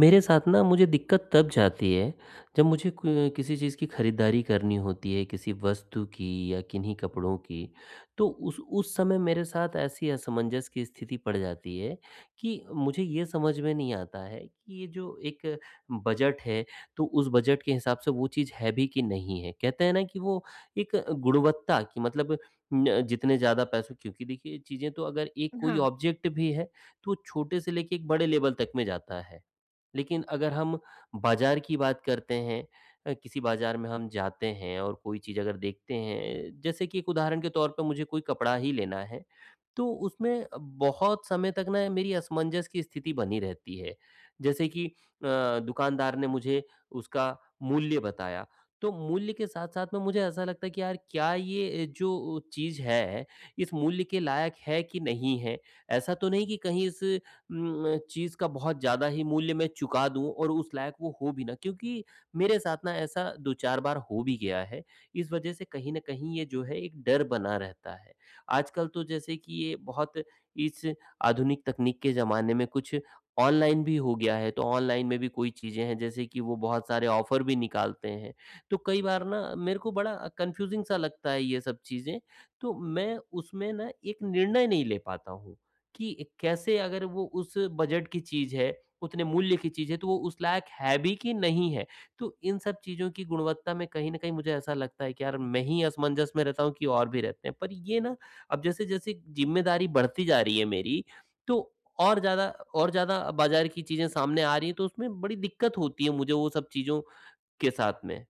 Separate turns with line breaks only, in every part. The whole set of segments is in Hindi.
मेरे साथ ना मुझे दिक्कत तब जाती है जब मुझे किसी चीज़ की खरीदारी करनी होती है, किसी वस्तु की या किन्हीं कपड़ों की। तो उस समय मेरे साथ ऐसी असमंजस की स्थिति पड़ जाती है कि मुझे ये समझ में नहीं आता है कि ये जो एक बजट है, तो उस बजट के हिसाब से वो चीज़ है भी कि नहीं है। कहते हैं ना कि वो एक गुणवत्ता की मतलब जितने ज़्यादा पैसों, क्योंकि देखिए चीज़ें तो अगर एक कोई
हाँ,
ऑब्जेक्ट भी है तो छोटे से लेके एक बड़े लेवल तक में जाता है। लेकिन अगर हम बाज़ार की बात करते हैं, किसी बाज़ार में हम जाते हैं और कोई चीज़ अगर देखते हैं, जैसे कि एक उदाहरण के तौर पे मुझे कोई कपड़ा ही लेना है, तो उसमें बहुत समय तक ना मेरी असमंजस की स्थिति बनी रहती है। जैसे कि दुकानदार ने मुझे उसका मूल्य बताया, तो मूल्य के साथ-साथ में मुझे ऐसा लगता है कि यार क्या ये जो चीज़ है, इस मूल्य के लायक है कि नहीं है? ऐसा तो नहीं कि कहीं इस चीज़ का बहुत ज़्यादा ही मूल्य मैं चुका दूँ और उस लायक वो हो भी ना, क्योंकि मेरे साथ ना ऐसा दो-चार बार हो भी गया है। इस वजह से कहीं न कहीं ये जो है एक डर बना रहता है। आजकल तो जैसे कि ये बहुत इस आधुनिक तकनीक के ज़माने में कुछ ऑनलाइन भी हो गया है, तो ऑनलाइन में भी कोई चीज़ें हैं, जैसे कि वो बहुत सारे ऑफ़र भी निकालते हैं। तो कई बार ना मेरे को बड़ा कन्फ्यूज़िंग सा लगता है ये सब चीज़ें, तो मैं उसमें ना एक निर्णय नहीं ले पाता हूँ कि कैसे, अगर वो उस बजट की चीज़ है, उतने मूल्य की चीज़ है, तो वो उस लायक है भी कि नहीं है। तो इन सब चीज़ों की गुणवत्ता में कहीं न कहीं मुझे ऐसा लगता है कि यार मैं ही असमंजस में रहता हूँ कि और भी रहते हैं। पर ये ना, अब जैसे-जैसे ज़िम्मेदारी बढ़ती जा रही है मेरी, तो और ज़्यादा और ज़्यादा बाज़ार की चीज़ें सामने आ रही हैं, तो उसमें बड़ी दिक्कत होती है मुझे वो सब चीज़ों के साथ में,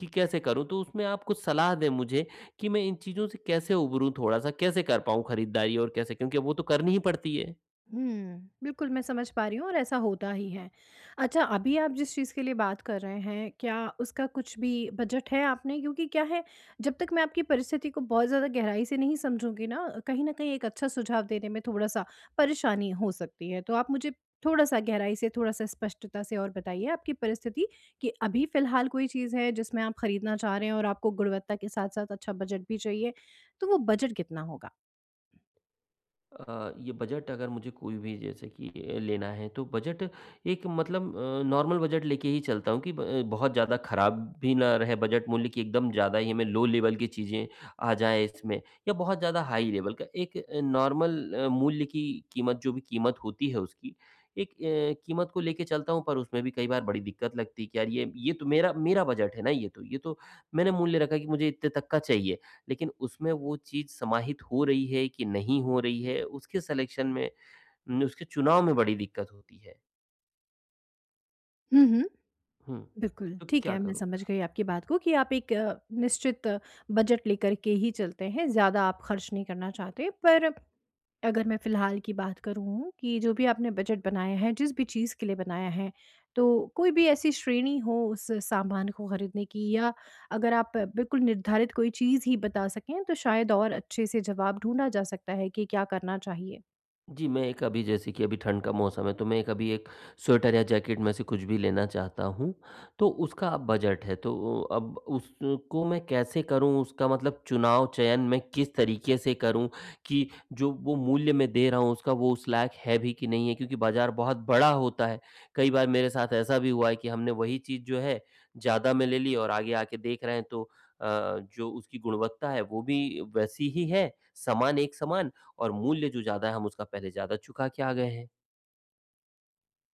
कि कैसे करूँ? तो उसमें आप कुछ सलाह दें मुझे कि मैं इन चीज़ों से कैसे उभरूँ थोड़ा-सा? कैसे कर पाऊँ खरीदारी और कैसे, क्योंकि वो तो करनी ही पड़ती है।
हुँ, बिल्कुल मैं समझ पा रही हूँ और ऐसा होता ही है। अच्छा, अभी आप जिस चीज़ के लिए बात कर रहे हैं, क्या उसका कुछ भी बजट है आपने? क्योंकि क्या है, जब तक मैं आपकी परिस्थिति को बहुत ज़्यादा गहराई से नहीं समझूँगी ना, कहीं न कहीं एक अच्छा सुझाव देने में थोड़ा-सा परेशानी हो सकती है। तो आप मुझे थोड़ा-सा गहराई से, थोड़ा-सा स्पष्टता से और बताइए आपकी परिस्थिति, कि अभी फ़िलहाल कोई चीज़ है जिसमें आप खरीदना चाह रहे हैं और आपको गुणवत्ता के साथ-साथ अच्छा बजट भी चाहिए? तो वो बजट कितना होगा?
ये बजट, अगर मुझे कोई भी जैसे कि लेना है तो बजट एक मतलब नॉर्मल बजट लेके ही चलता हूँ कि बहुत ज़्यादा ख़राब भी ना रहे बजट, मूल्य की एकदम ज़्यादा ही हमें लो लेवल की चीज़ें आ जाए इसमें, या बहुत ज़्यादा हाई लेवल का एक नॉर्मल मूल्य की कीमत, जो भी कीमत होती है उसकी एक कीमत को लेके चलता हूँ। पर उसमें भी कई बार बड़ी दिक्कत लगती है कि यार ये तो मेरा मेरा बजट है ना, ये तो मैंने मूल्य रखा कि मुझे इतने तक का चाहिए, लेकिन उसमें वो चीज़ समाहित हो रही है कि नहीं हो रही है, उसके सेलेक्शन में न उसके चुनाव में बड़ी दिक्कत होती है।
हुँ, हुँ।
हुँ,
बिल्कुल,
तो
ठीक
क्या
है, मैं
करूँ?
समझ गई आपकी बात को, कि आप एक निश्चित बजट लेकर के ही चलते हैं, ज़्यादा आप खर्च नहीं करना चाहते। पर अगर मैं फ़िलहाल की बात करूँ कि जो भी आपने बजट बनाया है, जिस भी चीज़ के लिए बनाया है, तो कोई भी ऐसी श्रेणी हो उस सामान को खरीदने की, या अगर आप बिल्कुल निर्धारित कोई चीज़ ही बता सकें, तो शायद और अच्छे से जवाब ढूँढा जा सकता है कि क्या करना चाहिए?
जी, मैं एक अभी जैसे कि अभी ठंड का मौसम है, तो मैं एक अभी एक स्वेटर या जैकेट में से कुछ भी लेना चाहता हूँ, तो उसका अब बजट है, तो अब उसको मैं कैसे करूँ? उसका मतलब चुनाव, चयन मैं किस तरीके से करूँ कि जो वो मूल्य मैं दे रहा हूँ उसका वो उस लायक है भी कि नहीं है? क्योंकि बाज़ार बहुत बड़ा होता है। कई बार मेरे साथ ऐसा भी हुआ है कि हमने वही चीज़ जो है, ज़्यादा में ले ली और आगे आके देख रहे हैं, तो अ, जो उसकी गुणवत्ता है वो भी वैसी ही है, समान एक समान, और मूल्य जो ज़्यादा है हम उसका पहले ज़्यादा चुका के आ गए हैं,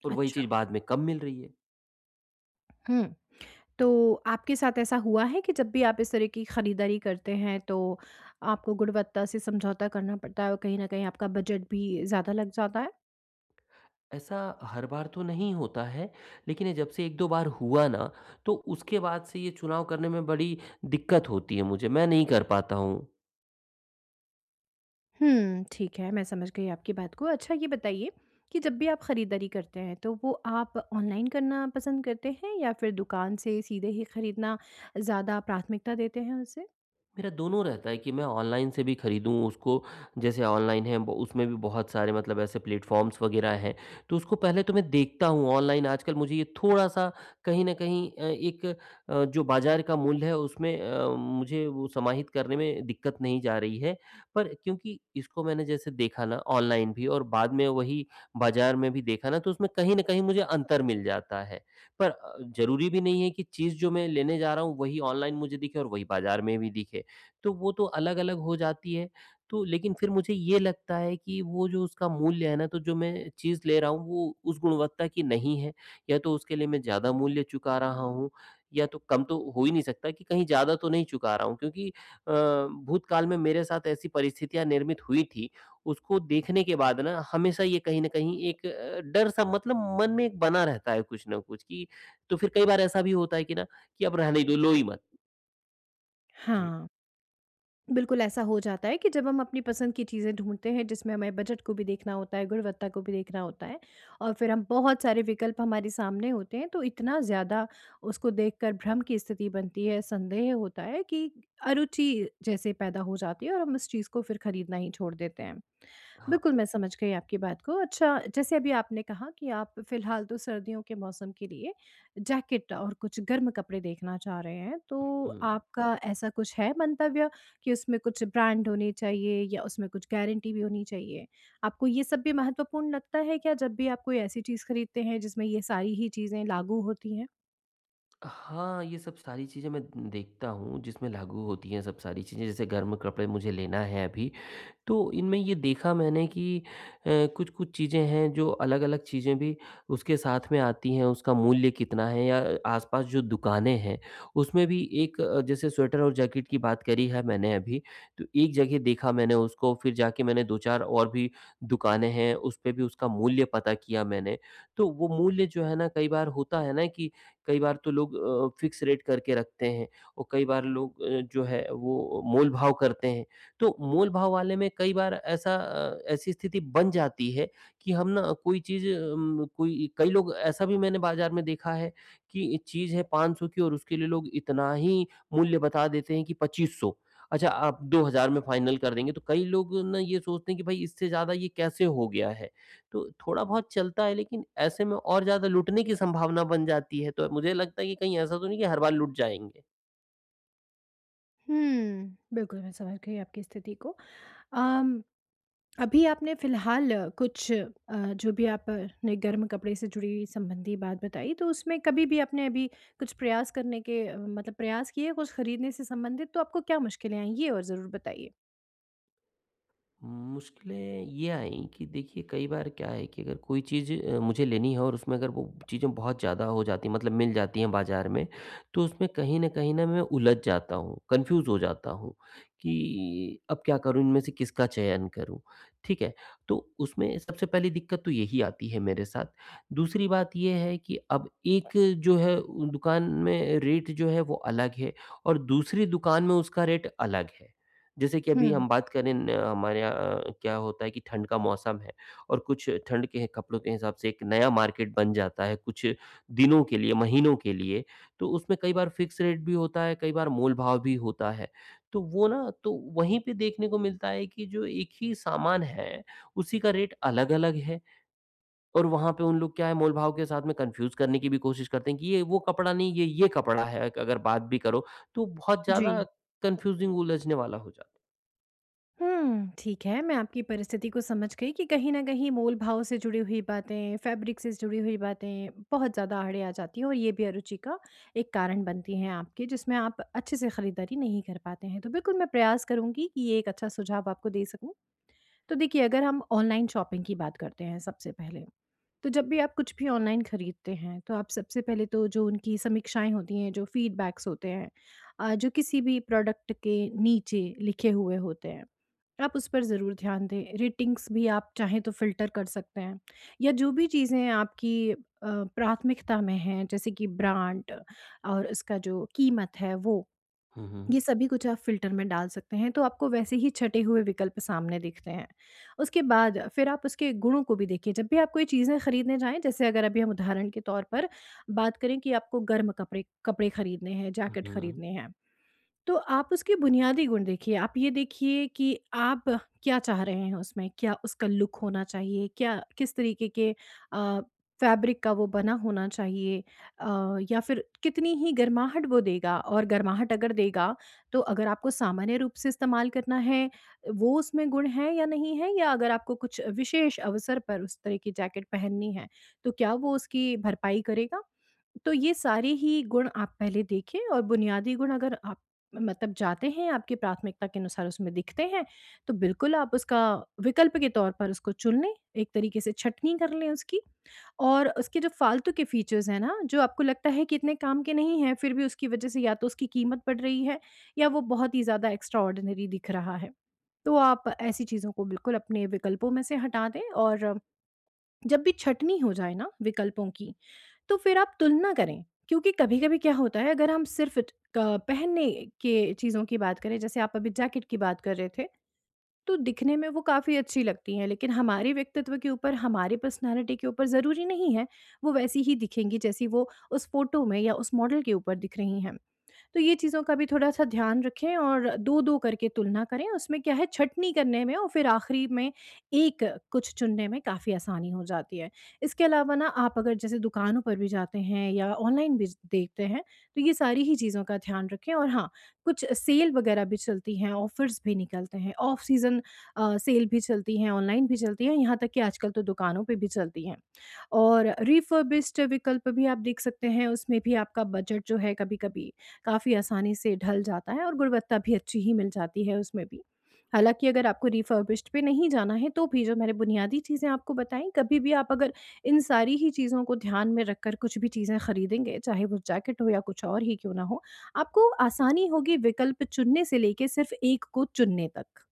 और वही चीज़
अच्छा।
बाद में कम मिल रही है।
हुँ। तो आपके साथ ऐसा हुआ है कि जब भी आप इस तरह की खरीदारी करते हैं, तो आपको गुणवत्ता से समझौता करना पड़ता है और कहीं ना कहीं आपका बजट भी ज़्यादा लग जाता है।
ऐसा हर बार तो नहीं होता है, लेकिन ये जब से एक-दो बार हुआ ना, तो उसके बाद से ये चुनाव करने में बड़ी दिक्कत होती है मुझे, मैं नहीं कर पाता हूँ।
हम्म, ठीक है, मैं समझ गई आपकी बात को। अच्छा, ये बताइए कि जब भी आप खरीदारी करते हैं, तो वो आप ऑनलाइन करना पसंद करते हैं, या फिर दुकान से सीधे ही खरीदना ज़्यादा प्राथमिकता देते हैं उसे?
मेरा दोनों रहता है कि मैं ऑनलाइन से भी खरीदूँ उसको, जैसे ऑनलाइन है, ब उसमें भी बहुत सारे मतलब ऐसे प्लेटफ़ॉर्म्स वग़ैरह हैं, तो उसको पहले तो मैं देखता हूँ ऑनलाइन। आजकल मुझे ये थोड़ा-सा कहीं न कहीं एक, जो बाज़ार का मूल्य है उसमें मुझे वो समाहित करने में दिक्कत नहीं जा रही है। पर क्योंकि इसको मैंने जैसे देखा ना ऑनलाइन भी और बाद में वही बाज़ार में भी देखा ना, तो उसमें कहीं न कहीं मुझे अंतर मिल जाता है। पर ज़रूरी भी नहीं है कि चीज़ जो मैं लेने जा रहा हूँ वही ऑनलाइन मुझे दिखे और वही बाज़ार में भी दिखे। तो वो तो अलग-अलग हो जाती है। तो लेकिन फिर मुझे ये लगता है कि वो जो उसका मूल्य है ना, तो जो मैं चीज़ ले रहा हूँ वो उस गुणवत्ता की नहीं है। या तो उसके लिए मैं ज़्यादा मूल्य चुका रहा हूँ, या तो कम तो हो ही नहीं सकता कि कहीं ज़्यादा तो नहीं चुका रहा हूँ, क्योंकि अ, भूतकाल में मेरे साथ ऐसी परिस्थितियाँ निर्मित हुई थी। उसको देखने के बाद ना हमेशा ये कहीं न कहीं एक डर सा, मतलब मन में एक बना रहता है, कुछ ना कुछ कि, तो फिर कई बार ऐसा भी होता है कि ना, कि अब रहने ही दो, लो ही मत। जी,
हाँ, बिल्कुल ऐसा हो जाता है कि जब हम अपनी पसंद की चीज़ें ढूँढते हैं, जिसमें हमें बजट को भी देखना होता है, गुणवत्ता को भी देखना होता है, और फिर हम बहुत सारे विकल्प हमारे सामने होते हैं, तो इतना ज़्यादा उसको देखकर भ्रम की स्थिति बनती है, संदेह होता है कि अरुचि जैसे पैदा हो जाती है, और हम उस चीज़ को फिर खरीदना ही छोड़ देते हैं।
हाँ।
बिल्कुल, मैं समझ गई आपकी बात को। अच्छा, जैसे अभी आपने कहा कि आप फ़िलहाल तो सर्दियों के मौसम के लिए जैकेट और कुछ गर्म कपड़े देखना चाह रहे हैं। तो
हुँ।
आपका ऐसा कुछ है मंतव्य कि उसमें कुछ ब्रांड होने चाहिए, या उसमें कुछ गारंटी भी होनी चाहिए? आपको ये सब भी महत्वपूर्ण लगता है क्या, जब भी आप कोई ऐसी चीज़ खरीदते हैं जिसमें ये सारी ही चीज़ें लागू होती हैं?
हाँ, ये सब सारी चीज़ें मैं देखता हूँ जिसमें लागू होती हैं सब सारी चीज़ें। जैसे गर्म कपड़े मुझे लेना है अभी, तो इनमें ये देखा मैंने कि अ, कुछ-कुछ चीज़ें हैं जो अलग-अलग चीज़ें भी उसके साथ में आती हैं, उसका मूल्य कितना है, या आस-पास जो दुकानें हैं, उसमें भी एक, जैसे स्वेटर और जैकेट की बात करी है मैंने अभी, तो एक जगह देखा मैंने उसको, फिर जाके मैंने दो-चार और भी दुकानें हैं, उस पे भी उसका मूल्य पता किया मैंने। तो वो मूल्य जो है ना, कई बार होता है ना कि कई बार तो लोग फिक्स रेट करके रखते हैं और कई बार लोग जो है वो मोल-भाव करते हैं। तो मोल भाव वाले में कई बार ऐसा ऐसी स्थिति बन जाती है कि हम ना कोई चीज़ कोई, कई लोग ऐसा भी मैंने बाज़ार में देखा है कि चीज़ है 500 की और उसके लिए लोग इतना ही मूल्य बता देते हैं कि 2500, अच्छा आप 2000 में फाइनल कर देंगे, तो कई लोग ना ये सोचते हैं कि भाई इससे ज़्यादा ये कैसे हो गया है? तो थोड़ा-बहुत चलता है, लेकिन ऐसे में और ज़्यादा लूटने की संभावना बन जाती है, तो मुझे लगता है कि कहीं ऐसा तो नहीं कि हर बार लूट जाएँगे?
हुँ, बिल्कुल मैं समझ गई आपकी स्थिति को। अम अभी आपने फ़िलहाल जो भी आप ने गर्म कपड़े से जुड़ी संबंधी बात बताई, तो उसमें कभी भी आपने अभी कुछ प्रयास करने के, मतलब प्रयास किए कुछ खरीदने से संबंधित, तो आपको क्या मुश्किलें आई ये, और ज़रूर बताइए?
मुश्किलें ये आईं कि देखिए कई बार क्या है कि अगर कोई चीज़ मुझे लेनी है और उसमें अगर वो चीज़ें बहुत ज़्यादा हो जाती हैं, मतलब मिल जाती हैं बाज़ार में, तो उसमें कहीं न कहीं ना मैं उलझ जाता हूँ, कन्फ्यूज़ हो जाता हूँ कि अब क्या करूँ, इनमें से किसका चयन करूँ? ठीक है? तो उसमें सबसे पहली दिक्कत तो यही आती है मेरे साथ। दूसरी बात ये है कि अब एक जो है दुकान में रेट जो है वो अलग है, और दूसरी दुकान में उसका रेट अलग है। जैसे कि अभी
हुँ।
हम बात करें न, हमारे यहाँ क्या होता है कि ठंड का मौसम है और कुछ ठंड के कपड़ों के हिसाब से एक नया मार्केट बन जाता है कुछ दिनों के लिए, महीनों के लिए। तो उसमें कई बार फिक्स रेट भी होता है, कई बार मोल-भाव भी होता है। तो वो ना तो वहीं पे देखने को मिलता है कि जो एक ही सामान है, उसी का रेट अलग-अलग है, और वहाँ पे उन लोग क्या है मोल-भाव के साथ में कन्फ्यूज़ करने की भी कोशिश करते हैं कि ये वो कपड़ा नहीं, ये कपड़ा है। अगर बात भी करो तो बहुत
जी।
ज़्यादा कन्फ्यूज़िंग, उलझने वाला हो जाता है।
हुँ, ठीक है, मैं आपकी परिस्थिति को समझ गई कि कहीं न कहीं मोल-भाव से जुड़ी हुई बातें, फ़ैब्रिक से जुड़ी हुई बातें बहुत ज़्यादा आड़े आ जाती हैं, और ये भी अरुचि का एक कारण बनती हैं आपके, जिसमें आप अच्छे से खरीदारी नहीं कर पाते हैं। तो बिल्कुल, मैं प्रयास करूँगी कि ये एक अच्छा सुझाव आपको दे सकूँ। तो देखिए, अगर हम ऑनलाइन शॉपिंग की बात करते हैं सबसे पहले, तो जब भी आप कुछ भी ऑनलाइन खरीदते हैं, तो आप सबसे पहले तो जो उनकी समीक्षाएँ होती हैं, जो फीडबैक्स होते हैं, जो किसी भी प्रोडक्ट के नीचे लिखे हुए होते हैं, आप उस पर ज़रूर ध्यान दें। रेटिंग्स भी आप चाहें तो फ़िल्टर कर सकते हैं, या जो भी चीज़ें आपकी प्राथमिकता में हैं, जैसे कि ब्रांड और उसका जो कीमत है, वो।
हुँ, हुँ।
ये सभी कुछ आप फ़िल्टर में डाल सकते हैं, तो आपको वैसे ही छँटे हुए विकल्प सामने दिखते हैं। उसके बाद फिर आप उसके गुणों को भी देखिए। जब भी आप कोई चीज़ें खरीदने जाएँ, जैसे अगर अभी हम उदाहरण के तौर पर बात करें कि आपको गर्म कपड़े कपड़े खरीदने हैं, जैकेट
हुँ,
खरीदने हैं। तो आप उसके बुनियादी गुण देखिए, आप ये देखिए कि आप क्या चाह रहे हैं उसमें? क्या उसका लुक होना चाहिए? क्या किस तरीके के अ, फैब्रिक का वो बना होना चाहिए? या फिर कितनी ही गर्माहट वो देगा, और गर्माहट अगर देगा, तो अगर आपको सामान्य रूप से इस्तेमाल करना है, वो उसमें गुण है या नहीं है? या अगर आपको कुछ विशेष अवसर पर उस तरह की जैकेट पहननी है, तो क्या वो उसकी भरपाई करेगा? तो ये सारे ही गुण आप पहले देखें, और बुनियादी गुण अगर मतलब जाते हैं, आपकी प्राथमिकता के अनुसार उसमें दिखते हैं, तो बिल्कुल आप उसका विकल्प के तौर पर उसको चुन लें, एक तरीके से छँटनी कर लें उसकी। और उसके जो फ़ालतू के फ़ीचर्स हैं ना, जो आपको लगता है कि इतने काम के नहीं हैं, फिर भी उसकी वज़ह से या तो उसकी कीमत बढ़ रही है, या वो बहुत ही ज़्यादा एक्स्ट्राऑर्डिनरी दिख रहा है, तो आप ऐसी चीज़ों को बिल्कुल अपने विकल्पों में से हटा दें। और जब भी छँटनी हो जाए ना विकल्पों की, तो फिर आप तुलना करें, क्योंकि कभी-कभी क्या होता है, अगर हम सिर्फ़ ट क पहनने के चीज़ों की बात करें, जैसे आप अभी जैकेट की बात कर रहे थे, तो दिखने में वो काफ़ी अच्छी लगती हैं, लेकिन हमारे व्यक्तित्व के ऊपर, हमारी पर्सनैलिटी के ऊपर ज़रूरी नहीं है, वो वैसी ही दिखेंगी जैसी वो उस फ़ोटो में या उस मॉडल के ऊपर दिख रही हैं। तो ये चीज़ों का भी थोड़ा-सा ध्यान रखें, और 2-2 करके तुलना करें, उसमें क्या है छँटनी करने में, और फिर आखिरी में एक कुछ चुनने में काफ़ी आसानी हो जाती है। इसके अलावा ना, आप अगर जैसे दुकानों पर भी जाते हैं या ऑनलाइन भी देखते हैं, तो ये सारी ही चीज़ों का ध्यान रखें। और हाँ, कुछ सेल वगैरह भी चलती हैं, ऑफ़र्स भी निकलते हैं, ऑफ सीज़न सेल भी चलती हैं, ऑनलाइन भी चलती हैं, यहाँ तक कि आजकल तो दुकानों पे भी चलती हैं। और रिफर्बिश्ड विकल्प भी आप देख सकते हैं, उसमें भी आपका बजट जो है कभी-कभी काफ़ी आसानी से ढल जाता है, और गुणवत्ता भी अच्छी ही मिल जाती है उसमें भी। हालाँकि अगर आपको रिफर्बिश्ड पे नहीं जाना है, तो भी जो मैंने बुनियादी चीज़ें आपको बताई, कभी भी आप अगर इन सारी ही चीज़ों को ध्यान में रखकर कुछ भी चीज़ें खरीदेंगे, चाहे वो जैकेट हो या कुछ और ही क्यों ना हो, आपको आसानी होगी विकल्प चुनने से लेके सिर्फ़ एक को चुनने तक।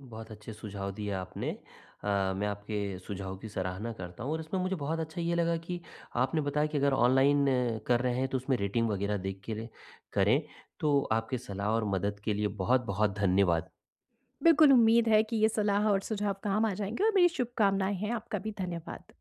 बहुत अच्छे सुझाव दिए आपने। मैं आपके सुझाव की सराहना करता हूँ और इसमें मुझे बहुत अच्छा ये लगा कि आपने बताया कि अगर ऑनलाइन कर रहे हैं तो उसमें रेटिंग वग़ैरह देख के करें। तो आपके सलाह और मदद के लिए बहुत-बहुत धन्यवाद।
बिल्कुल, उम्मीद है कि ये सलाह और सुझाव काम आ जाएँगे, और मेरी शुभकामनाएँ हैं। आपका भी धन्यवाद।